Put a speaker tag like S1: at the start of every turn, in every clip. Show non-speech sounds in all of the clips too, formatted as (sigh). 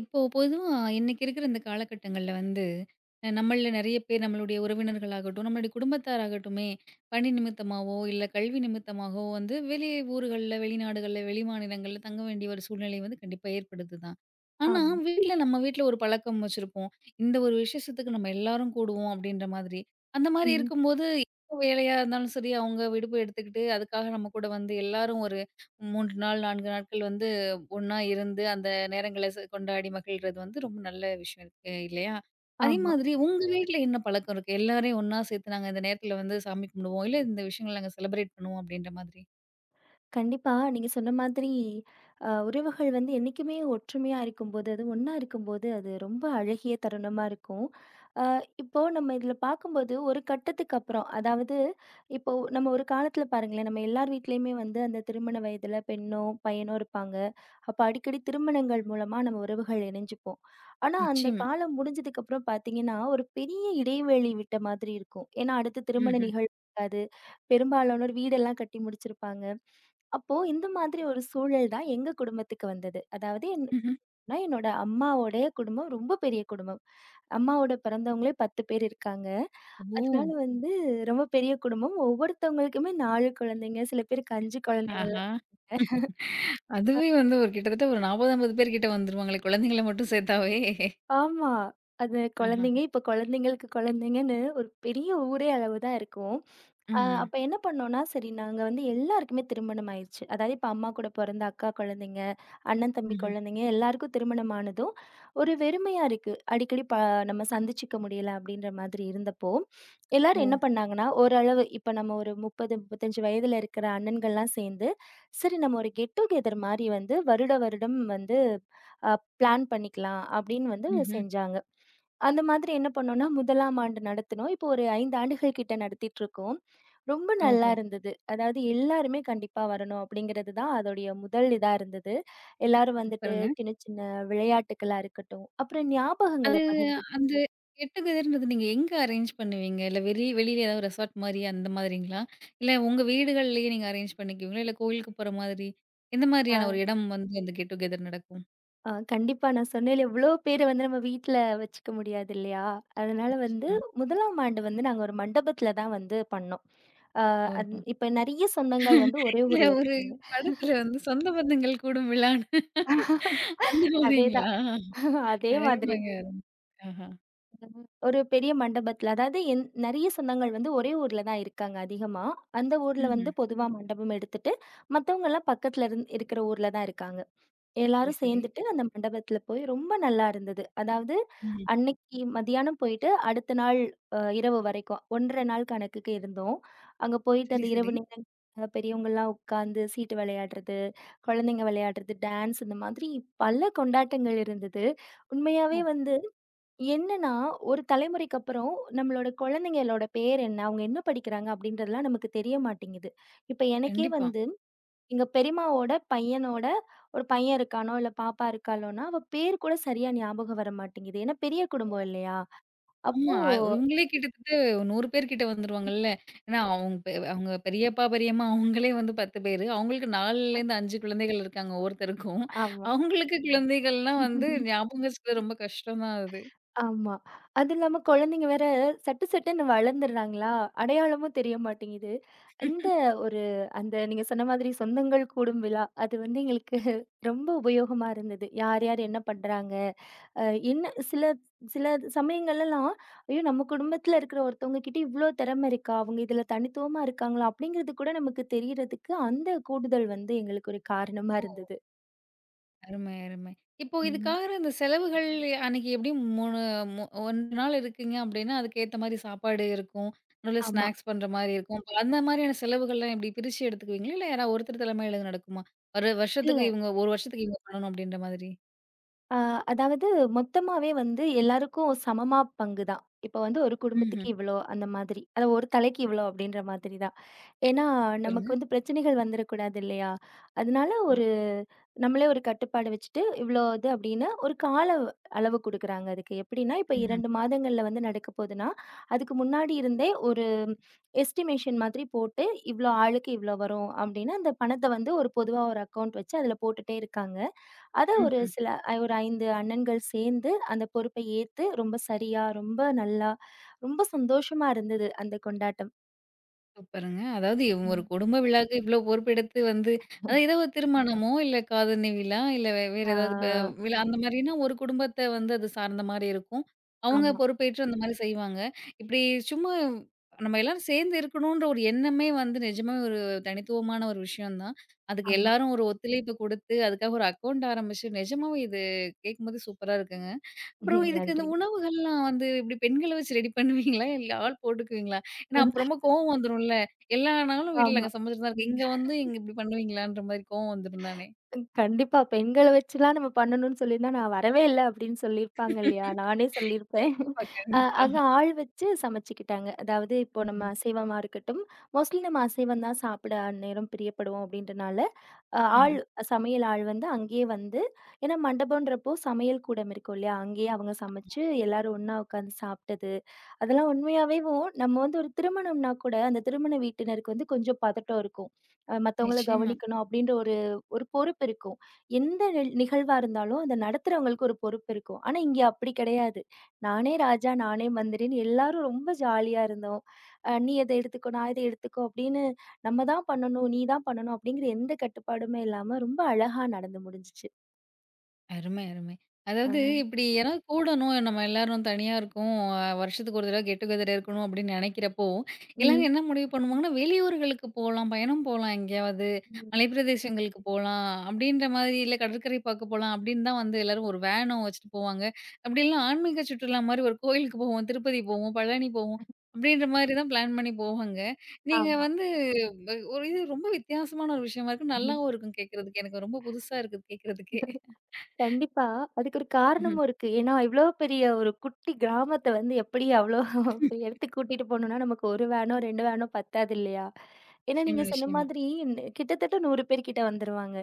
S1: இப்போ பொதுவா இன்னைக்கு இருக்கிற இந்த காலகட்டங்கள்ல வந்து, நம்மள்ல நெறைய பேர் நம்மளுடைய உறவினர்களாகட்டும், நம்மளுடைய குடும்பத்தாராகட்டுமே, பணி நிமித்தமாவோ, இல்ல கல்வி நிமித்தமாகவோ வந்து வெளி ஊர்கள்ல, வெளிநாடுகள்ல, வெளிமாநிலங்கள்ல தங்க வேண்டிய ஒரு சூழ்நிலை வந்து கண்டிப்பா ஏற்படுது தான். ஆனா,
S2: ஆமா.
S1: வீட்ல நம்ம வீட்ல ஒரு பழக்கம் வச்சிருப்போம். இந்த ஒரு விசேஷத்துக்கு நம்ம எல்லாரும் கூடுவோம் அப்படின்ற மாதிரி. அந்த மாரி
S2: ம்.
S1: இருக்கும்போது, எந்த வேலையா இருந்தாலும் சரி, அவங்க விடுப்பு எடுத்துக்கிட்டு, அதுக்காக நம்ம கூட வந்து எல்லாரும் ஒரு 3 நாள், 4 நாட்கள் வந்து ஒண்ணா இருந்து அந்த நேரங்கள கொண்டாடி மகிழ்றது வந்து ரொம்ப நல்ல விஷயம் இருக்கு இல்லையா? அதே
S2: ஆமா.
S1: மாதிரி உங்க வீட்ல என்ன பழக்கம் இருக்கு? எல்லாரையும் ஒண்ணா சேர்த்து நாங்க இந்த நேரத்துல வந்து சாமி கும்பிடுவோம். இல்ல இந்த விஷயங்கள நாங்க செலிப்ரேட் பண்ணுவோம் அப்படின்ற மாதிரி?
S2: கண்டிப்பா. நீங்க சொன்ன மாதிரி, உறவுகள் வந்து என்னைக்குமே ஒற்றுமையா இருக்கும்போது, அது ஒண்ணா இருக்கும்போது, அது ரொம்ப அழகிய தருணமா இருக்கும். அ இப்போ நம்ம இதில பார்க்கும்போது, ஒரு கட்டத்துக்கு அப்புறம், அதாவது இப்போ நம்ம ஒரு காலத்தில பாருங்களேன், நம்ம எல்லார் வீட்லயுமே வந்து அந்த திருமண வயதில பெண்ணோ, பையனோ இருப்பாங்க. அப்ப அடிக்கடி திருமணங்கள் மூலமா நம்ம உறவுகள் இணைஞ்சுப்போம். ஆனா, அந்த
S1: நிச்சயமா.
S2: காலம் முடிஞ்சதுக்கப்புறம் பார்த்தீங்கன்னா, ஒரு பெரிய இடைவெளி விட்ட மாதிரி இருக்கும். ஏன்னா, அடுத்து திருமண
S1: ம்ஹ்ம்.
S2: நிகழ்வு இருக்காது. பெரும்பாலானோர் வீடெல்லாம் கட்டி முடிச்சிருப்பாங்க. அப்போ இந்த மாதிரி ஒரு சூழல் தான் எங்க குடும்பத்துக்கு வந்தது. அதாவது
S1: ம்ஹ்ம்.
S2: என்னன்னா என்னோட அம்மாவோடைய குடும்பம் ரொம்ப பெரிய குடும்பம். அம்மாவோட பிறந்தவங்களே 10 பேர் இருக்காங்க.
S1: ஓ!
S2: அதனால வந்து ரொம்ப பெரிய குடும்பம். ஒவ்வொருத்தவங்களுக்குமே 4 குழந்தைங்க, சில பேருக்கு 5 குழந்தைங்க.
S1: ஆஹா! அதுவே வந்து ஒரு கிட்டத்தட்ட ஒரு 40, 50 பேர் கிட்ட வந்துருவாங்களே குழந்தைங்கள மட்டும் சேர்த்தாவே.
S2: ஆமா. அது
S1: ஆஹா.
S2: குழந்தைங்க, இப்ப குழந்தைங்களுக்கு குழந்தைங்கன்னு ஒரு பெரிய ஊரே அளவு தான் இருக்கும்.
S1: ம்.
S2: அப்ப என்ன பண்ணோம்னா, சரி நாங்க வந்து எல்லாருக்குமே திருமணம் ஆயிருச்சு. அதாவது இப்ப அம்மா கூட பொறந்த அக்கா குழந்தைங்க, அண்ணன் தம்பி
S1: ம்ஹ்ம்.
S2: குழந்தைங்க எல்லாருக்கும் திருமணம் ஆனதும், ஒரு வெறுமையா இருக்கு. அடிக்கடி நம்ம சந்திச்சுக்க முடியல அப்படின்ற மாதிரி இருந்தப்போ, எல்லாரும்
S1: ஓ!
S2: என்ன பண்ணாங்கன்னா, ஓரளவு இப்ப நம்ம ஒரு 30, 35 வயதுல இருக்கிற அண்ணன்கள்லாம் சேர்ந்து, சரி நம்ம ஒரு கெட் டுகெதர் மாரி வந்து வருட வருடம் வந்து அ பிளான் பண்ணிக்கலாம் அப்படின்னு வந்து
S1: ம்ஹ்ம்.
S2: செஞ்சாங்க. அந்த மாதிரி என்ன பண்ணோம்னா, முதலாம் ஆண்டு நடத்தினோம். இப்போ ஒரு 5 ஆண்டுகள் கிட்ட நடத்திட்டுருக்கோம். ரொம்ப நல்லா
S1: ஓஹோ!
S2: இருந்தது. அதாவது எல்லாருமே கண்டிப்பா வரணும் அப்படிங்கிறது தான் அதோடைய முதல் இதா இருந்தது. எல்லாரும் வந்துட்டு
S1: சூப்பருங்க.
S2: சின்ன சின்ன விளையாட்டுக்களா இருக்கட்டும், அப்புறம்
S1: அது
S2: ஞாபகங்கள பகிர்ந்து
S1: அந்த 8 கதிர்ன்றது நீங்க எங்க அரேஞ்ச் பண்ணுவீங்க? இல்ல வெளியில ஏதாவது ரெசார்ட் மாரி அந்த மாதிரிங்களா? இல்ல உங்க வீடுகள்லயே நீங்க அரேஞ்ச் பண்ணிக்குவீங்களா? இல்ல கோவிலுக்கு போற மாதிரி, எந்த மாதிரியான
S2: அ.
S1: ஒரு இடம் வந்து அந்த கெட் டூ கெதர் நடக்கும்?
S2: கண்டிப்பா நான் சொன்னேன்ல எவ்வளோ பேர வந்து நம்ம வீட்ல வச்சுக்க முடியாது இல்லையா? அதனால வந்து
S1: நிச்சயமா.
S2: முதலாம் ஆண்டு வந்து நாங்க ஒரு மண்டபத்தில தான் வந்து பண்ணோம். அ அந்
S1: ஓஹோ!
S2: இப்ப நெறைய சொந்தங்கள் வந்து ஒரே
S1: இல்ல
S2: ஊர்ல
S1: ஒரு
S2: இருக்குங்க.
S1: படத்துல வந்து சொந்த பந்தங்கள் கூடும் விழான்னு அந்த மாதிரிங்களா?
S2: அதேதான் (laughs) அதே மாதிரி.
S1: அருமைங்க. ஆஹா.
S2: ஒரு பெரிய மண்டபத்துல, அதாவது என் நெறைய சொந்தங்கள் வந்து ஒரே ஊர்ல தான் இருக்காங்க அதிகமா. அந்த ஊர்ல
S1: ம்ஹ்ம்.
S2: வந்து பொதுவா மண்டபம் எடுத்துட்டு, மத்தவங்கலாம் பக்கத்துல இருக்கிற ஊர்ல தான் இருக்காங்க.
S1: சரி,
S2: எல்லாரும்
S1: சரி.
S2: சேர்ந்துட்டு அந்த மண்டபத்துல போய் ரொம்ப நல்லா இருந்தது. அதாவது
S1: ம்.
S2: அன்னைக்கு மதியானம் போயிட்டு, அடுத்த நாள் இரவு வரைக்கும் 1½ நாள் கணக்குக்கு இருந்தோம். அங்க போயிட்டு
S1: சரி,
S2: அந்த
S1: சரி.
S2: இரவு நேரம் பெரியவங்கலாம் உட்காந்து சீட்டு விளையாடுறது, குழந்தைங்க விளையாடுறது, டான்ஸ் இந்த மாதிரி பல கொண்டாட்டங்கள் இருந்தது.
S1: ஓஹோ!
S2: உண்மையாவே வந்து என்னன்னா, ஒரு தலைமுறைக்கு அப்புறம் நம்மளோட குழந்தைங்களோட பேர் என்ன? அவங்க என்ன படிக்கிறாங்க? அப்படின்றதெல்லாம் நமக்கு தெரிய மாட்டேங்குது. இப்ப எனக்கே
S1: கண்டிப்பா.
S2: வந்து எங்க பெரியம்மாவோட பையனோட ஒரு பையன் இருக்கானோ, இல்ல பாப்பா இருக்காளோன்னா, அவ பேர் கூட சரியா ஞாபகம் வர மாட்டேங்குது. ஏன்னா பெரிய குடும்பம் இல்லையா? அப்போ
S1: ஆமா. இவங்களே கிட்டத்தட்ட 100 பேர் கிட்ட வந்துருவாங்கல்ல. ஏன்னா அவங்க பெரியப்பா, பெரியம்மா அவங்களே வந்து 10 பேரு. அவங்களுக்கு 4லேருந்து 5 குழந்தைகள் இருக்காங்க ஒவ்வொருத்தருக்கும்.
S2: ஆமா.
S1: அவங்களுக்கு குழந்தைகள்லாம் வந்து ஞாபகம் வச்சுக்கிறது ரொம்ப கஷ்டம் தான் அது.
S2: ஆமா. அது இல்லாம குழந்தைங்க வேற சட்டு சட்டுன்னு வளர்ந்துடுறாங்களா, அடையாளமும் தெரிய மாட்டேங்குது. இந்த ஒரு அந்த நீங்க சொன்ன மாதிரி சொந்தங்கள் கூடும் விழா, அது வந்து எங்களுக்கு ரொம்ப உபயோகமா இருந்தது. யார் யார் என்ன பண்றாங்க? அ என்ன சில சில சமயங்கள்லலாம், ஐயோ! நம்ம குடும்பத்தில இருக்கிற ஒருத்தவங்க கிட்ட இவ்ளோ திறமை இருக்கா? அவங்க இதில தனித்துவமா இருக்காங்களா? அப்படிங்கிறது கூட நமக்கு தெரியறதுக்கு அந்த கூடுதல் வந்து எங்களுக்கு ஒரு காரணமா
S1: ஓ!
S2: இருந்தது.
S1: அருமை, அருமை. இப்போ
S2: ம்.
S1: இதுக்காக இந்த செலவுகள் அன்னைக்கு எப்படியும் 3 1 நாள் இருக்கீங்க அப்படின்னா, அதுக்கேத்த மாரி சாப்பாடு இருக்கும். நடுவுல
S2: ஆமா.
S1: ஸ்நாக்ஸ் பண்ற மாரி இருக்கும். அப்ப அந்த மாரியான செலவுகள்லாம் எப்படி பிரிச்சு எடுத்துக்குவீங்களா? இல்ல யாராவது ஒருத்தர் தலைமையில இது நடக்குமா? ஒரு வருஷத்துக்கு இவங்க 1 வருஷத்துக்கு இவங்க பண்ணணும் அப்படின்ற மாதிரி?
S2: ஆ, அதாவது மொத்தமாவே வந்து எல்லாருக்கும் சமமா பங்கு தான். இப்ப வந்து ஒரு குடும்பத்துக்கு
S1: ம்ஹ்ம்.
S2: இவ்ளோ அந்த மாதிரி. அது ஒரு தலைக்கு இவ்ளோ அப்படின்ற மாதிரி தான். ஏன்னா,
S1: சூப்பருங்க.
S2: நமக்கு வந்து பிரச்சனைகள் வந்துரக்கூடாது இல்லையா? அதனால
S1: ஆமா.
S2: ஒரு நம்மளே ஒரு கட்டுப்பாடு வச்சுட்டு, இவ்ளோ இது அப்படின்னு ஒரு கால அளவு குடுக்குறாங்க அதுக்கு. எப்படின்னா, இப்ப
S1: ம்ஹ்ம்.
S2: 2 மாதங்கள்ல வந்து நடக்க போதுன்னா, அதுக்கு முன்னாடி இருந்தே ஒரு எஸ்டிமேஷன் மாதிரி போட்டு, இவ்ளோ ஆளுக்கு இவ்ளோ வரும் அப்படின்னு அந்த பணத்த வந்து ஒரு பொதுவா ஒரு அக்கவுண்ட் வச்சு அதுல போட்டுட்டே இருக்காங்க. அத ஒரு
S1: ம்ஹ்ம்.
S2: சில ஒரு 5 அண்ணன்கள் சேர்ந்து அந்த பொறுப்பை ஏத்து, ரொம்ப சரியா, ரொம்ப நல்லா, ரொம்ப சந்தோஷமா இருந்தது அந்த கொண்டாட்டம்.
S1: சூப்பருங்க. அதாவது ஒரு
S2: ம்.
S1: குடும்ப விழாக்கு இவ்ளோ பொறுப்பெடுத்து வந்து அதான் ஏதோ ஒரு திருமணமோ, இல்ல காதணி விழா, இல்ல வேற
S2: ஆ
S1: ஏதாவது விழா அந்த மாரின்னா ஒரு குடும்பத்த வந்து அது சார்ந்த மாரி இருக்கும். அவங்க
S2: ஆமா,
S1: பொறுப்பேற்று அந்த மாரி செய்வாங்க. இப்படி சும்மா நம்ம எல்லாரும் சேர்ந்து இருக்கணுன்ற ஒரு எண்ணமே வந்து நிஜமாவே ஒரு தனித்துவமான ஒரு விஷயம் தான். அதுக்கு
S2: ஆமா.
S1: எல்லாரும் ஒரு ஒத்துழைப்பு குடுத்து, அதுக்காக ஒரு அக்கவுண்ட் ஆரம்பிச்சு நிஜமாவே இது கேட்கும்போது சூப்பரா இருக்குங்க. அப்புறம்
S2: (laughs)
S1: இதுக்கு இந்த
S2: நன்றி.
S1: உணவுகள்லாம் வந்து எப்படி பெண்கள வச்சு ரெடி பண்ணுவீங்களா? இல்ல ஆள் போட்டுக்குவீங்களா? ஏன்னா, அப்ப ரொம்ப கோவம் வந்துரும்ல. எல்லா நாளும் வீட்ல நாங்க சமைச்சுட்டு தான் இருக்கோம். இங்க வந்து இங்க இப்படி பண்ணுவீங்களான்ற மாரி கோவம் வந்துரும் தானே!
S2: ம். கண்டிப்பா. பெண்கள வச்சுலாம் நம்ம பண்ணணும்னு சொல்லியிருந்தா, நான் வரவே இல்ல அப்படின்னு சொல்லியிருப்பாங்க இல்லையா? நானே சொல்லியிருப்பேன்.
S1: கண்டிப்பா, கண்டிப்பா.
S2: அங்க ஆள் வச்சு சமைச்சுக்கிட்டாங்க. அதாவது இப்போ நம்ம
S1: ம்ஹ்ம்,
S2: அசைவமா இருக்கட்டும், மோஸ்ட்லி நம்ம அசைவம் தான் சாப்பிட அந்நேரம் பிரியப்படுவோம் அப்படின்றனால, அ
S1: ம்ஹ்ம்.
S2: ஆள் சமையல் ஆள் வந்து அங்கேயே வந்து ஏன்னா மண்டபம்ன்றப்போ சமையல் கூடம் இருக்கும் இல்லையா? அங்கேயே அவங்க சமைச்சு எல்லாரும் ஒண்ணா உட்காந்து சாப்பிட்டது. அதெல்லாம் உண்மையாவேவும் நம்ம வந்து ஒரு திருமணம்னா கூட, அந்த திருமண வீட்டினருக்கு வந்து கொஞ்சம் பதட்டம் இருக்கும். மத்தவங்கள
S1: நிச்சயமா.
S2: கவனிக்கணும் அப்படின்ற ஒரு ஒரு பொறுப்பு இருக்கும். எந்த நிகழ்வா இருந்தாலும் அத நடத்துறவங்களுக்கு ஒரு பொறுப்பு இருக்கும். ஆனா, இங்க அப்படி கிடையாது. நானே ராஜா, நானே மந்திரின்னு எல்லாரும் ரொம்ப ஜாலியா இருந்தோம். "நீ இத எடுத்துக்கோ, நான் இத எடுத்துக்கோ" அப்படின்னு நம்ம தான் பண்ணணும், நீ தான் பண்ணணும் அப்படிங்கிற எந்த கட்டுப்பாடுமே இல்லாம ரொம்ப அழகா நடந்து முடிஞ்சுச்சு.
S1: அருமை, அருமை. அதாவது
S2: ஆ.
S1: இப்டி யாராவது கூடணும், நம்ம எல்லாரும் தனியா இருக்கோம். வருஷத்துக்கு ஒரு தடவ கெட் டுகெதர் இருக்கணும் அப்டின்னு நெனைக்கிறப்போ, எல்லாரும்
S2: ம்.
S1: என்ன முடிவு பண்ணுவாங்கன்னா, வெளியூர்களுக்கு போலாம், பயணம் போலாம் எங்கேயாவது,
S2: ம்.
S1: மலைப்பிரதேசங்களுக்கு போலாம் அப்டின்ற மாதிரி, இல்ல கடற்கரை பார்க்க போலாம் அப்டின்னு தான் வந்து எல்லாரும் ஒரு வேனும் வச்சுட்டு போவாங்க. அப்டி இல்லனா ஆன்மீக சுற்றுலா மாரி ஒரு கோயிலுக்கு போவோம், திருப்பதி போவோம், பழனி போவோம். அப்டின்ற மாரி தான் பிளான் பண்ணி போவாங்க. நீங்க
S2: ஆமா.
S1: வந்து ஒரு இது ரொம்ப வித்தியாசமான ஒரு விஷயமா இருக்கும். நல்லாவும் இருக்கும் கேட்கறதுக்கு. எனக்கு ரொம்ப புதுசா இருக்குது கேட்கறதுக்கே.
S2: கண்டிப்பா. அதுக்கு ஒரு காரணமும் இருக்கு. ஏன்னா, இவ்ளோ பெரிய ஒரு குட்டி கிராமத்த வந்து எப்படி அவ்ளோ (laughs) எடுத்து கூட்டிட்டு போணும்னா, நமக்கு 1 வேனோ, 2 வேனோ பத்தாது இல்லையா? ஏன்னா, நீங்க
S1: நிச்சயமா,
S2: சொன்ன
S1: நிச்சயமா.
S2: மாதிரி கிட்டத்தட்ட 100 பேர் கிட்ட வந்துருவாங்க.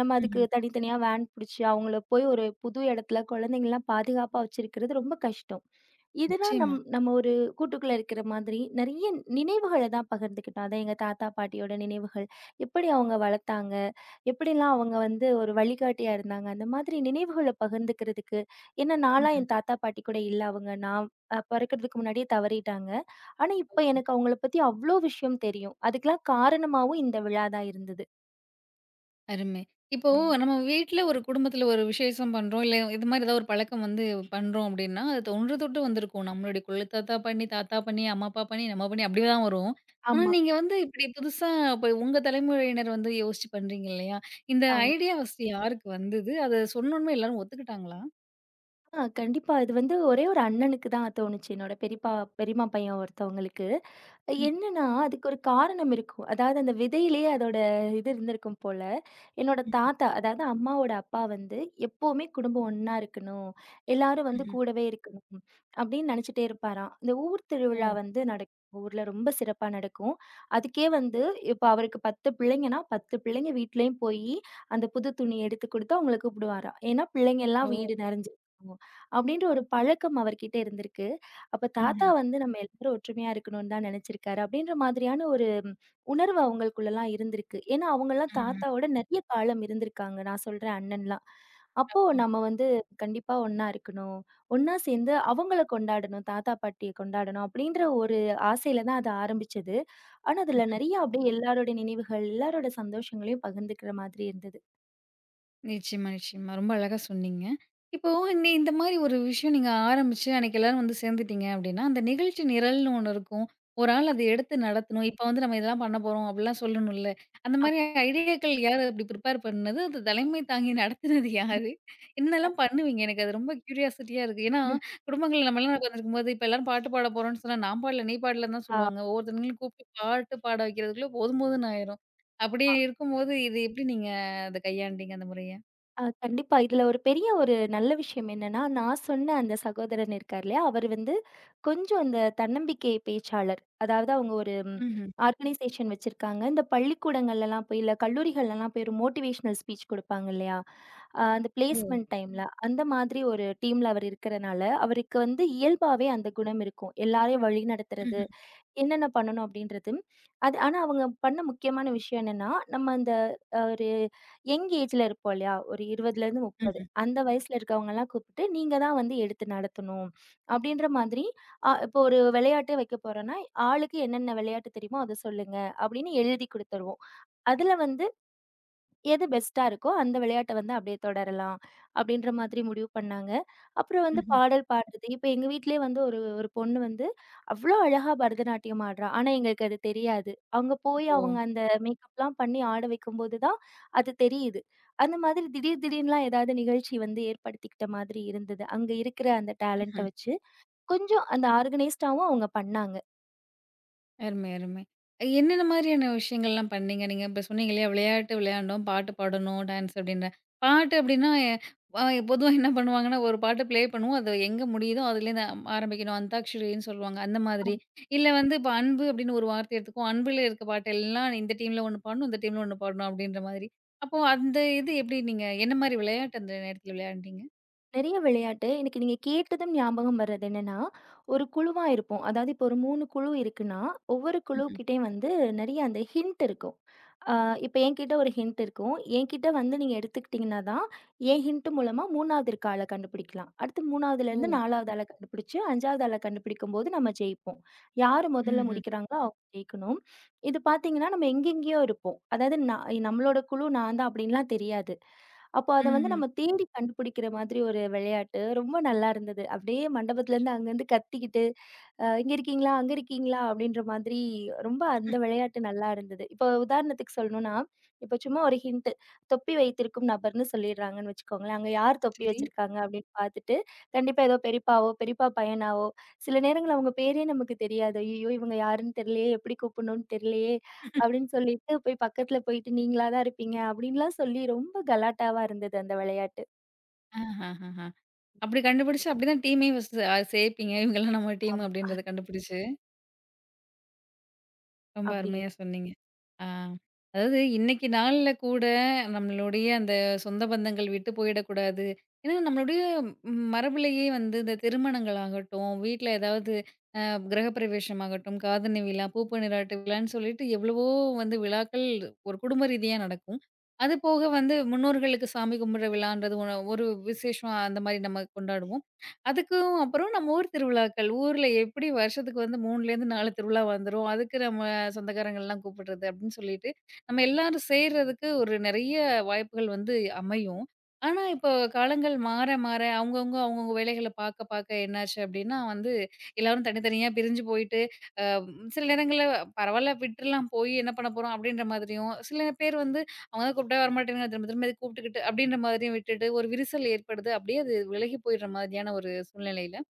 S2: நம்ம
S1: ம்ஹ்ம்.
S2: அதுக்கு தனித்தனியா வேன் புடிச்சு, அவங்கள போய் ஒரு புது இடத்துல குழந்தைங்கலாம் பாதுகாப்பா வச்சிருக்கிறது ரொம்ப கஷ்டம். இதெல்லாம்
S1: நிச்சயமா.
S2: நம்ம ஒரு கூட்டுக்குள்ள இருக்கிற மாதிரி நெறைய நினைவுகள தான் பகிர்ந்துக்கிட்டோம். அதான் எங்க தாத்தா, பாட்டியோட நினைவுகள். எப்படி அவங்க வளர்த்தாங்க? எப்படிலாம் அவங்க வந்து ஒரு வழிகாட்டியா இருந்தாங்க? அந்த மாதிரி நினைவுகள பகிர்ந்துக்கிறதுக்கு ஏன்னா நான்லாம்
S1: ம்ஹ்ம்.
S2: என் தாத்தா, பாட்டி கூட இல்ல. அவங்க நான் பொறக்கிறதுக்கு முன்னாடியே தவறிட்டாங்க. ஆனா, இப்ப
S1: ஓகே.
S2: எனக்கு அவங்கள பத்தி அவ்ளோ விஷயம் தெரியும். அதுக்கெல்லாம் காரணமாவும் இந்த விழா தான் இருந்தது.
S1: அருமை. இப்போ
S2: ம்.
S1: நம்ம வீட்ல ஒரு குடும்பத்துல ஒரு விசேஷம் பண்றோம். இல்ல இது மாரி ஏதாவது ஒரு பழக்கம் வந்து பண்றோம் அப்டின்னா, அது தொன்று தொட்டு வந்திருக்கும். நம்மளுடைய குல தாத்தா பண்ணி, தாத்தா பண்ணி, அம்மா அப்பா பண்ணி, நம்ம பண்ணி அப்டி தான் வரும். ஆனா
S2: ஆமா.
S1: நீங்க வந்து இப்டி புதுசா இப்ப உங்க தலைமுறையினர் வந்து யோசிச்சு பண்றீங்க இல்லையா? இந்த
S2: ஆமா.
S1: ஐடியா ஃபர்ஸ்ட் யாருக்கு வந்தது? அத சொன்னோனே எல்லாரும் ஒத்துக்கிட்டாங்களா?
S2: கண்டிப்பா. இது வந்து ஒரே ஒரு அண்ணனுக்கு தான் தோணுச்சு. என்னோட பெரியப்பா பெரியம்மா பையன் ஒருத்தவங்களுக்கு.
S1: ம்,
S2: என்னன்னா, அதுக்கு ஒரு காரணம் இருக்கும். அதாவது அந்த விதையிலேயே அதோட இது இருந்திருக்கும் போல. என்னோட
S1: ம்,
S2: தாத்தா, அதாவது அம்மாவோட அப்பா வந்து, எப்பவுமே குடும்பம் ஒண்ணா இருக்கணும். எல்லாரும் வந்து
S1: ம்ஹ்ம்.
S2: கூடவே இருக்கணும். அப்படின்னு நினைச்சுட்டே இருப்பாராம். இந்த ஊர்
S1: ஓ!
S2: திருவிழா வந்து நடக்கும். ஊர்ல ரொம்ப சிறப்பா நடக்கும். அதுக்கே வந்து இப்ப அவருக்கு 10 பிள்ளைங்கன்னா, 10 பிள்ளைங்க வீட்லயும் போயி, அந்த புது துணி எடுத்து குடுத்து அவங்கள கூப்பிடுவாராம். ஏன்னா பிள்ளைங்க
S1: ஓ!
S2: எல்லாம் வீடு நெறஞ்சிருக்கும். அப்படின்ற ஒரு பழக்கம் அவர்கிட்ட இருந்திருக்கு. அப்ப தாத்தா
S1: ம்ஹ்ம்.
S2: வந்து நம்ம எல்லாரும் ஒற்றுமையா இருக்கணும்னு தான் நினைச்சிருக்காரு அப்படின்ற மாதிரியான ஒரு உணர்வு அவங்களுக்குள்ளலாம் இருந்திருக்கு. ஏன்னா அவங்கலாம்
S1: ம்ஹ்ம்.
S2: தாத்தாவோட நிறைய காலம் இருந்திருக்காங்க. நான் சொல்றேன் அண்ணன்லாம். அப்போ
S1: ஆமா.
S2: நம்ம வந்து கண்டிப்பா ஒண்ணா இருக்கணும். ஒண்ணா சேர்ந்து அவங்கள கொண்டாடணும். தாத்தா, பாட்டிய கொண்டாடணும் அப்படின்ற ஒரு ஆசையில தான் அது ஆரம்பிச்சது. ஆனா அதுல நிறைய அப்படியே எல்லாரோட நினைவுகள், எல்லாரோட சந்தோஷங்களையும் பகிர்ந்துக்கிற மாதிரி இருந்தது.
S1: நிச்சயமா, நிச்சயமா. ரொம்ப அழகா சொன்னீங்க. இப்போ இந்த இந்த மாரி ஒரு விஷயம் நீங்க ஆரம்பிச்சு, அன்னைக்கு எல்லாரும் வந்து சேர்ந்துட்டீங்க அப்டின்னா, அந்த நிகழ்ச்சி நிரல்னு ஒண்ணு இருக்கும். ஒரு ஆள் அத எடுத்து நடத்தணும். இப்ப வந்து நம்ம இதெல்லாம் பண்ண போறோம் அப்டிலாம் சொல்லணும்ல. அந்த
S2: அப்
S1: மாரி ஐடியாக்கள் யாரு அப்டி ப்ரிப்பேர் பண்ணது? அது தலைமை தாங்கி நடத்துனது யாரு? என்னலாம் பண்ணுவீங்க? எனக்கு அது ரொம்ப கியூரியாசிட்டியா இருக்கு. ஏன்னா, குடும்பங்கள்ல நம்மலாம் உட்காந்துருக்கும்போது, இப்ப எல்லாரும் பாட்டு பாட போறோம்னு சொன்னா, நான் பாடல, நீ பாடலன்னு தான் சொல்லுவாங்க. ஒவ்வொருத்தவங்களையும் கூப்பிட்டு பாட்டு பாட வைக்கிறதுக்குள்ள போதும் போதும்ன்னு ஆயிரும். அப்டி
S2: ஆ.
S1: இருக்கும்போது, இது எப்டி நீங்க அத கையாண்டீங்க அந்த முறைய?
S2: ஆ கண்டிப்பா. இதுல ஒரு பெரிய ஒரு நல்ல விஷயம் என்னன்னா, நான் சொன்ன அந்த சகோதரன் இருக்கார் இல்லையா, அவர் வந்து கொஞ்சம் இந்த தன்னம்பிக்கை பேச்சாளர். அதாவது அவங்க ஒரு
S1: ம்ஹ்ம்.
S2: ஆர்கனைசேஷன் வச்சிருக்காங்க. இந்த பள்ளிக்கூடங்கள்லலாம் போய், இல்ல கல்லூரிகள்லலாம் போய் ஒரு மோட்டிவேஷனல் ஸ்பீச் குடுப்பாங்க இல்லையா? அந்த
S1: ஓ!
S2: பிளேஸ்மென்ட் டைம்ல. அந்த மாதிரி ஒரு டீம்ல அவர் இருக்கிறனால, அவருக்கு வந்து இயல்பாவே அந்த குணம் இருக்கும். எல்லாரையும் வழிநடத்துறது.
S1: ம்ஹ்ம்,
S2: என்னென்ன பண்ணணும் அப்படின்றது. அது ஆனா அவங்க பண்ண முக்கியமான விஷயம் என்னன்னா, நம்ம அந்த ஒரு யங் ஏஜ்ல இருப்போம் இல்லையா? ஒரு 20லருந்து 30
S1: ம்ஹ்ம்,
S2: அந்த வயசுல இருக்கவங்கலாம் கூப்பிட்டு, "நீங்க தான் வந்து எடுத்து நடத்தணும்." அப்படின்ற மாதிரி இப்போ ஒரு விளையாட்டே வைக்க போறோம்னா, "ஆளுக்கு என்னென்ன விளையாட்டு தெரியுமோ அத சொல்லுங்க." அப்படின்னு எழுதி குடுத்துருவோம். அதுல வந்து எது பெஸ்ட்டா இருக்கோ அந்த விளையாட்ட வந்து அப்படியே தொடரலாம். அப்படின்ற மாதிரி முடிவு பண்ணாங்க. அப்புறம் வந்து
S1: ம்ஹ்ம்.
S2: பாடல் பாடுறது. இப்ப எங்க வீட்டிலேயே வந்து ஒரு ஒரு பொண்ணு வந்து அவ்ளோ அழகா பரதநாட்டியம் ஆடுறா. ஆனா எங்களுக்கு அது தெரியாது. அவங்க போய்
S1: ஓ!
S2: அவங்க அந்த மேக்கப்லாம் பண்ணி ஆட வைக்கும்போது தான் அது தெரியுது. அந்த மாதிரி திடீர் திடீர்னுலாம் ஏதாவது நிகழ்ச்சி வந்து ஏற்படுத்திக்கிட்ட மாதிரி இருந்தது. அங்க இருக்கிற அந்த டேலண்ட்ட
S1: ம்ஹ்ம்.
S2: வச்சு. கொஞ்சம் அந்த ஆர்கனைஸ்டாவும் அவங்க பண்ணாங்க.
S1: அருமை, அருமை. என்னென்ன மாதிரியான விஷயங்கள்லாம் பண்ணீங்க? நீங்க இப்ப சொன்னீங்க இல்லையா? விளையாட்டு விளையாண்டோம், பாட்டு பாடணும், டான்ஸ் அப்படின்னு. பாட்டு அப்படின்னா, அ பொதுவா என்ன பண்ணுவாங்கன்னா, ஒரு பாட்டு ப்ளே பண்ணுவோம். அது எங்க முடியுதோ அதுலேருந்து ஆரம்பிக்கணும். அந்தாக்ஷரின்னு சொல்லுவாங்க. அந்த மாதிரி. இல்ல வந்து இப்ப அன்பு அப்படின்னு ஒரு வார்த்தை எடுத்துக்குவோம். அன்புல இருக்க பாட்டெல்லாம் இந்த டீம்ல ஒண்ணு பாடணும், இந்த டீம்ல ஒண்ணு பாடணும் அப்படின்ற மாதிரி. அப்போ அந்த இது எப்படி நீங்க என்ன மாரி விளையாட்டு அந்த நேரத்துல விளையாண்டீங்க?
S2: நிறைய விளையாட்டு. எனக்கு நீங்க கேட்டதும் ஞாபகம் வர்றது என்னன்னா, ஒரு குழுவா இருப்போம். அதாவது இப்போ ஒரு 3 குழு இருக்குன்னா, ஒவ்வொரு
S1: ம்ஹ்ம்.
S2: குழுக்கிட்டயும் வந்து நிறைய அந்த ஹிண்ட் இருக்கும். அ இப்ப என்கிட்ட ஒரு ஹிண்ட் இருக்கும். என்கிட்ட வந்து நீங்க எடுத்துக்கிட்டீங்கன்னா தான், என் ஹிண்ட் மூலமா 3வது இருக்க ஆள கண்டுபிடிக்கலாம். அடுத்து
S1: ஓ!
S2: 3வதுலேருந்து 4வது ஆள கண்டுபிடிச்சு, 5வது ஆள கண்டுபிடிக்கும்போது நம்ம ஜெயிப்போம். யாரு முதல்ல
S1: ம்ஹ்ம்,
S2: முடிக்கிறாங்களோ அவங்க ஜெயிக்கணும். இது பார்த்தீங்கன்னா, நம்ம எங்கெங்கேயோ இருப்போம். அதாவது நான் நம்மளோட குழு நான் தான் அப்படின்லாம் தெரியாது. அப்போ அத வந்து
S1: ம்ஹ்ம்.
S2: நம்ம தேடி கண்டுபிடிக்கிற மாதிரி ஒரு விளையாட்டு. ரொம்ப நல்லா இருந்தது. அப்படியே மண்டபத்துலேருந்து அங்கருந்து கத்திக்கிட்டு, இங்க இருக்கீங்களா? அங்க இருக்கீங்களா? அப்படின்ற மாதிரி ரொம்ப அந்த விளையாட்டு நல்லா இருந்தது. இப்போ உதாரணத்துக்கு சொல்லணும்னா, இப்போ சும்மா ஒரு ஹிண்ட் தொப்பி வைத்திருக்கும் நபர்ன்னு சொல்லிடுறாங்கன்னு வச்சுக்கோங்களேன். அங்க யார் தொப்பி
S1: சரி.
S2: வச்சிருக்காங்க அப்படின்னு பார்த்துட்டு, கண்டிப்பா ஏதோ பெரியப்பாவோ, பெரியப்பா பையனாவோ சில நேரங்கள்ல அவங்க பேரே நமக்கு தெரியாது. ஐயய்யோ! இவங்க யாருன்னு தெரியலையே, எப்படி கூப்பிடணும்னு தெரியலையே அப்படின்னு சொல்லிட்டு போய் பக்கத்துல போயிட்டு நீங்களா தான் இருப்பீங்க அப்படின்லாம் சொல்லி ரொம்ப கலாட்டாவா இருந்தது அந்த விளையாட்டு.
S1: ஆஹஹஹஹ. அப்படி கண்டுபிடிச்சு அப்படிதான் டீமையும் ஃபர்ஸ்ட் சேர்ப்பீங்க. இவங்கலாம் நம்ம டீம்
S2: ஆமா.
S1: அப்படின்றத கண்டுபிடிச்சு, ரொம்ப
S2: அப்படி
S1: அருமையா சொன்னீங்க. ஆ அதாவது இன்னைக்கு நாள்ல கூட நம்மளுடைய அந்த சொந்த பந்தங்கள் விட்டு போயிடக்கூடாது. ஏன்னா நம்மளுடைய மரபுலயே வந்து இந்த திருமணங்கள் ஆகட்டும், வீட்ல ஏதாவது அ கிரகப்பிரவேசம் ஆகட்டும், காதணி விழா, பூப்பு நீராட்டு விழான்னு சொல்லிட்டு எவ்வளவோ வந்து விழாக்கள் ஒரு குடும்ப ரீதியா நடக்கும். அது போக வந்து முன்னோர்களுக்கு சாமி கும்பிடுற விழான்றது ஒரு விசேஷம் அந்த மாரி நம்ம கொண்டாடுவோம். அதுக்கும் அப்புறம் நம்ம ஊர் திருவிழாக்கள். ஊர்ல எப்படி வருஷத்துக்கு வந்து 3லேருந்து 4 திருவிழா வந்துரும். அதுக்கு நம்ம சொந்தக்காரங்கள்லாம் கூப்பிடுறது அப்படின்னு சொல்லிட்டு, நம்ம எல்லாரும் சேர்றதுக்கு ஒரு நெறைய வாய்ப்புகள் வந்து அமையும். ஆனா, இப்போ காலங்கள் மாற மாற அவங்கவங்க அவங்கவங்க வேலைகள பாக்க பாக்க என்னாச்சு அப்படின்னா வந்து, எல்லாரும் தனித்தனியா பிரிஞ்சு போயிட்டு, ம், சில நேரங்கள்ல பரவால்ல விட்டுறலாம் போய் என்ன பண்ண போறோம் அப்படின்ற மாதிரியும், சில பேர் வந்து அவங்க தான் கூப்பிட்டா வரமாட்டேங்கிறாங்க. திரும்ப திரும்ப இது கூப்பிட்டுக்கிட்டு அப்படின்ற மாதிரியும் விட்டுட்டு, ஒரு விரிசல் ஏற்படுது. அப்படியே அது விலகி போயிடுற மாதிரியான ஒரு சூழ்நிலையில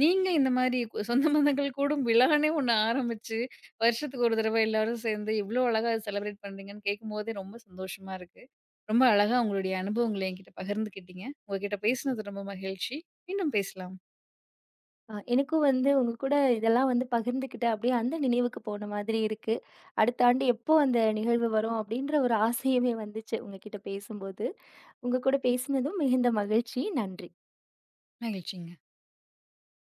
S1: நீங்க இந்த மாரி சொந்த பந்தங்கள் கூடும் விழான்னே ஒண்ணு ஆரம்பிச்சு, வருஷத்துக்கு ஒரு தடவ எல்லாரும் சேர்ந்து இவ்ளோ அழகா செலிப்ரேட் பண்றீங்கன்னு கேட்கும்போதே ரொம்ப சந்தோஷமா இருக்கு. ரொம்ப அழகா உங்களுடைய அனுபவங்கள என்கிட்ட பகிர்ந்துக்கிட்டீங்க. உங்ககிட்ட பேசினது ரொம்ப மகிழ்ச்சி. மீண்டும் பேசலாம்.
S2: எனக்கும் வந்து உங்க கூட இதெல்லாம் வந்து பகிர்ந்துக்கிட்ட அப்படியே அந்த நினைவுக்கு போன மாதிரி இருக்கு. அடுத்த ஆண்டு எப்போ அந்த நிகழ்வு வரும் அப்படின்ற ஒரு ஆசையுமே வந்துச்சு உங்ககிட்ட பேசும்போது. உங்க கூட பேசினதும் மிகுந்த மகிழ்ச்சி. நன்றி.
S1: மகிழ்ச்சிங்க.